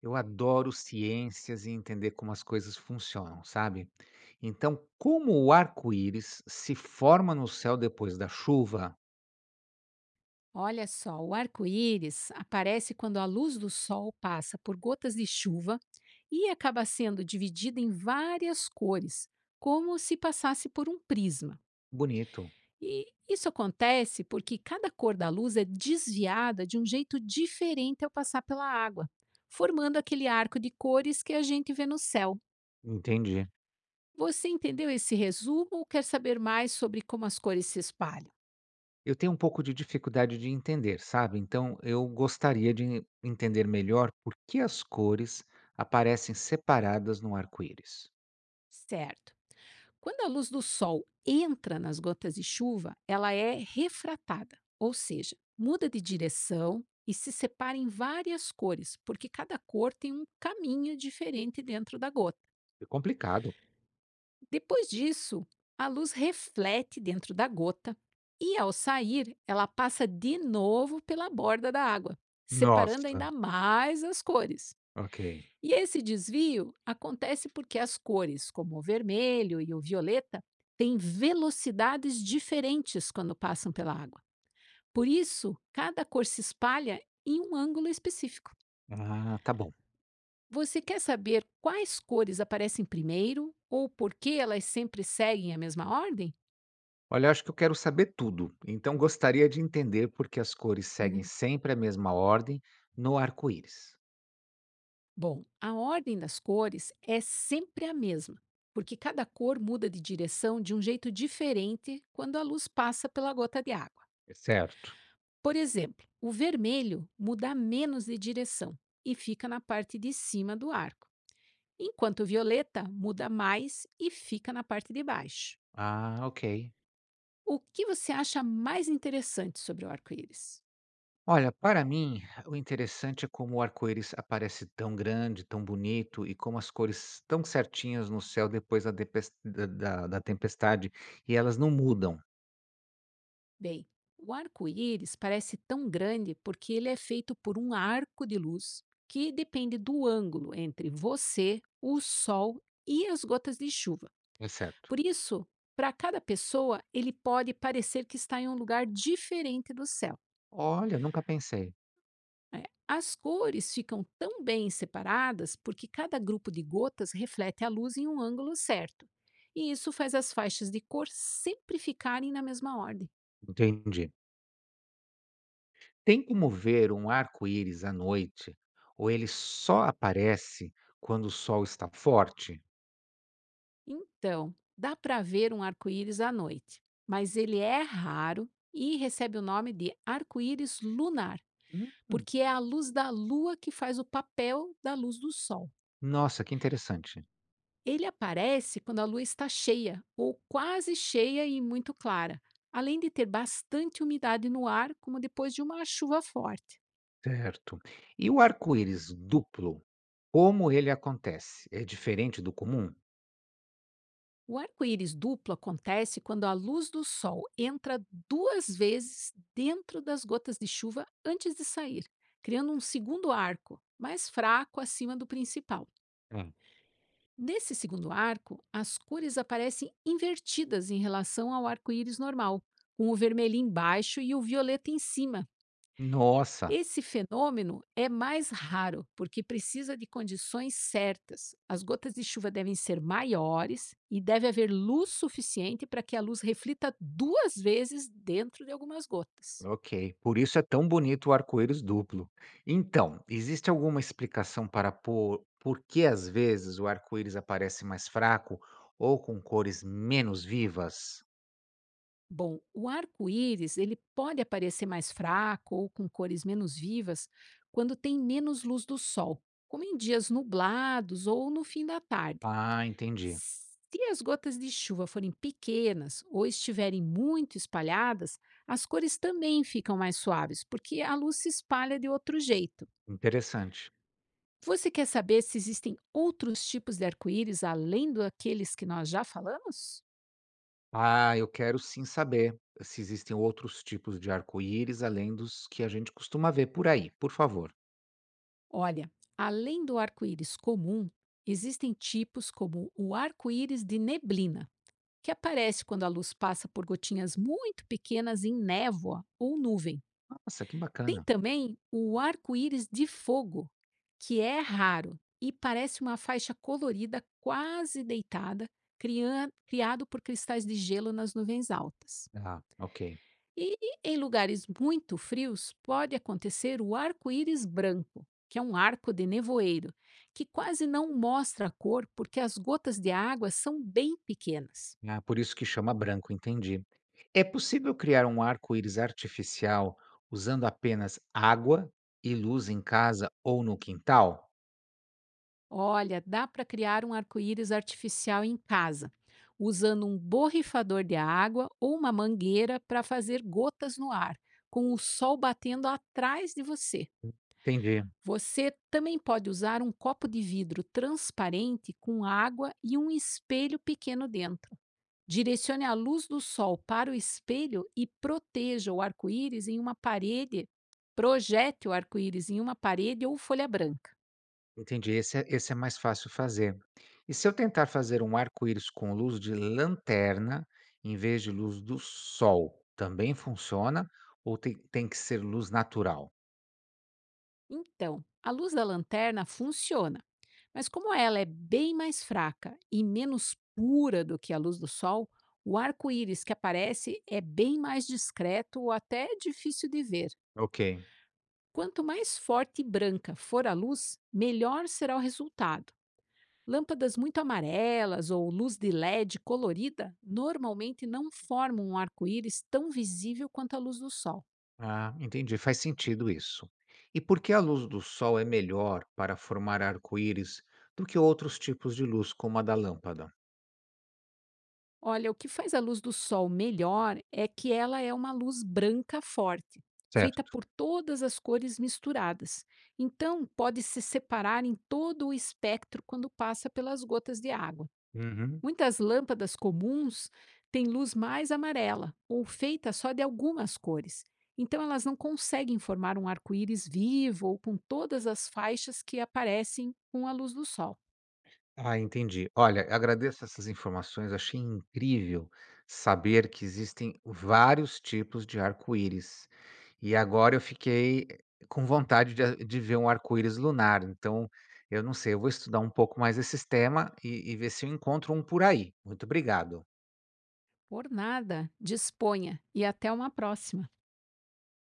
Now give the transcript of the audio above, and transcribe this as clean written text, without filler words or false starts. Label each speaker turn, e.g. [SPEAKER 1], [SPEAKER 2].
[SPEAKER 1] Eu adoro ciências e entender como as coisas funcionam, sabe? Então, como o arco-íris se forma no céu depois da chuva?
[SPEAKER 2] Olha só, o arco-íris aparece quando a luz do sol passa por gotas de chuva e acaba sendo dividida em várias cores, como se passasse por um prisma.
[SPEAKER 1] Bonito.
[SPEAKER 2] E isso acontece porque cada cor da luz é desviada de um jeito diferente ao passar pela água, formando aquele arco de cores que a gente vê no céu.
[SPEAKER 1] Entendi.
[SPEAKER 2] Você entendeu esse resumo ou quer saber mais sobre como as cores se espalham?
[SPEAKER 1] Eu tenho um pouco de dificuldade de entender, sabe? Então, eu gostaria de entender melhor por que as cores aparecem separadas no arco-íris.
[SPEAKER 2] Certo. Quando a luz do sol entra nas gotas de chuva, ela é refratada, ou seja, muda de direção e se separa em várias cores, porque cada cor tem um caminho diferente dentro da gota.
[SPEAKER 1] É complicado.
[SPEAKER 2] Depois disso, a luz reflete dentro da gota e, ao sair, ela passa de novo pela borda da água, separando
[SPEAKER 1] Nossa,
[SPEAKER 2] ainda mais as cores.
[SPEAKER 1] ok.
[SPEAKER 2] E esse desvio acontece porque as cores, como o vermelho e o violeta, têm velocidades diferentes quando passam pela água. Por isso, cada cor se espalha em um ângulo específico.
[SPEAKER 1] Ah, tá bom.
[SPEAKER 2] Você quer saber quais cores aparecem primeiro ou por que elas sempre seguem a mesma ordem?
[SPEAKER 1] Olha, eu acho que eu quero saber tudo, então gostaria de entender por que as cores seguem
[SPEAKER 2] Uhum.
[SPEAKER 1] sempre a mesma ordem no arco-íris.
[SPEAKER 2] Bom, a ordem das cores é sempre a mesma, porque cada cor muda de direção de um jeito diferente quando a luz passa pela gota de água.
[SPEAKER 1] Certo.
[SPEAKER 2] Por exemplo, o vermelho muda menos de direção e fica na parte de cima do arco, enquanto o violeta muda mais e fica na parte de baixo.
[SPEAKER 1] Ah, ok.
[SPEAKER 2] O que você acha mais interessante sobre o arco-íris?
[SPEAKER 1] Olha, para mim, o interessante é como o arco-íris aparece tão grande, tão bonito, e como as cores tão certinhas no céu depois da, depes- da, da- da tempestade, e elas não mudam,
[SPEAKER 2] Bem, o arco-íris parece tão grande porque ele é feito por um arco de luz que depende do ângulo entre você, o sol e as gotas de chuva.
[SPEAKER 1] é certo?
[SPEAKER 2] Por isso, para cada pessoa, ele pode parecer que está em um lugar diferente do céu.
[SPEAKER 1] Olha, nunca pensei.
[SPEAKER 2] Né? As cores ficam tão bem separadas porque cada grupo de gotas reflete a luz em um ângulo certo. E isso faz as faixas de cor sempre ficarem na mesma ordem.
[SPEAKER 1] Entendi. Tem como ver um arco-íris à noite ou ele só aparece quando o sol está forte?
[SPEAKER 2] Então, dá para ver um arco-íris à noite, mas ele é raro e recebe o nome de arco-íris lunar,
[SPEAKER 1] Hum,
[SPEAKER 2] porque é a luz da lua que faz o papel da luz do sol.
[SPEAKER 1] nossa, que interessante.
[SPEAKER 2] Ele aparece quando a lua está cheia ou quase cheia e muito clara, além de ter bastante umidade no ar, como depois de uma chuva forte.
[SPEAKER 1] Certo. E o arco-íris duplo, como ele acontece? É diferente do comum?
[SPEAKER 2] O arco-íris duplo acontece quando a luz do sol entra duas vezes dentro das gotas de chuva antes de sair, criando um segundo arco, mais fraco acima do principal.
[SPEAKER 1] Hum.
[SPEAKER 2] Nesse segundo arco, as cores aparecem invertidas em relação ao arco-íris normal, com o vermelho embaixo e o violeta em cima.
[SPEAKER 1] Nossa,
[SPEAKER 2] Esse fenômeno é mais raro, porque precisa de condições certas. As gotas de chuva devem ser maiores e deve haver luz suficiente para que a luz reflita duas vezes dentro de algumas gotas.
[SPEAKER 1] ok. Por isso é tão bonito o arco-íris duplo. Então, existe alguma explicação para por que às vezes o arco-íris aparece mais fraco ou com cores menos vivas?
[SPEAKER 2] Bom, o arco-íris ele pode aparecer mais fraco ou com cores menos vivas quando tem menos luz do sol, como em dias nublados ou no fim da tarde.
[SPEAKER 1] Ah, entendi.
[SPEAKER 2] Se as gotas de chuva forem pequenas ou estiverem muito espalhadas, as cores também ficam mais suaves, porque a luz se espalha de outro jeito.
[SPEAKER 1] Interessante.
[SPEAKER 2] Você quer saber se existem outros tipos de arco-íris além daqueles que nós já falamos?
[SPEAKER 1] Ah, eu quero sim saber se existem outros tipos de arco-íris além dos que a gente costuma ver por aí, por favor.
[SPEAKER 2] Olha, além do arco-íris comum, existem tipos como o arco-íris de neblina, que aparece quando a luz passa por gotinhas muito pequenas em névoa ou nuvem.
[SPEAKER 1] Nossa, que
[SPEAKER 2] Tem
[SPEAKER 1] bacana.
[SPEAKER 2] também o arco-íris de fogo, que é raro e parece uma faixa colorida quase deitada, criado por cristais de gelo nas nuvens altas.
[SPEAKER 1] Ah, ok.
[SPEAKER 2] E em lugares muito frios, pode acontecer o arco-íris branco, que é um arco de nevoeiro, que quase não mostra a cor porque as gotas de água são bem pequenas.
[SPEAKER 1] Ah, por isso que chama branco, entendi. É possível criar um arco-íris artificial usando apenas água e luz em casa ou no quintal?
[SPEAKER 2] Olha, dá para criar um arco-íris artificial em casa, usando um borrifador de água ou uma mangueira para fazer gotas no ar, com o sol batendo atrás de você.
[SPEAKER 1] Entendi.
[SPEAKER 2] Você também pode usar um copo de vidro transparente com água e um espelho pequeno dentro. Direcione a luz do sol para o espelho e proteja o arco-íris em uma parede. Projete o arco-íris em uma parede ou folha branca.
[SPEAKER 1] Entendi, esse é mais fácil fazer. E se eu tentar fazer um arco-íris com luz de lanterna em vez de luz do sol, também funciona ou tem que ser luz natural?
[SPEAKER 2] Então, a luz da lanterna funciona, mas como ela é bem mais fraca e menos pura do que a luz do sol, o arco-íris que aparece é bem mais discreto ou até difícil de ver.
[SPEAKER 1] Ok.
[SPEAKER 2] Quanto mais forte e branca for a luz, melhor será o resultado. Lâmpadas muito amarelas ou luz de LED colorida normalmente não formam um arco-íris tão visível quanto a luz do sol.
[SPEAKER 1] Ah, entendi, faz sentido isso. E por que a luz do sol é melhor para formar arco-íris do que outros tipos de luz, como a da lâmpada?
[SPEAKER 2] Olha, o que faz a luz do sol melhor é que ela é uma luz branca forte, feita
[SPEAKER 1] Certo.
[SPEAKER 2] por todas as cores misturadas. Então, pode se separar em todo o espectro quando passa pelas gotas de água.
[SPEAKER 1] Uhum.
[SPEAKER 2] Muitas lâmpadas comuns têm luz mais amarela ou feita só de algumas cores. Então, elas não conseguem formar um arco-íris vivo ou com todas as faixas que aparecem com a luz do sol.
[SPEAKER 1] Ah, entendi. Olha, agradeço essas informações. Achei incrível saber que existem vários tipos de arco-íris. E agora eu fiquei com vontade de ver um arco-íris lunar. Então, eu não sei, eu vou estudar um pouco mais esse tema e ver se eu encontro um por aí. Muito obrigado.
[SPEAKER 2] Por nada, disponha e até uma próxima!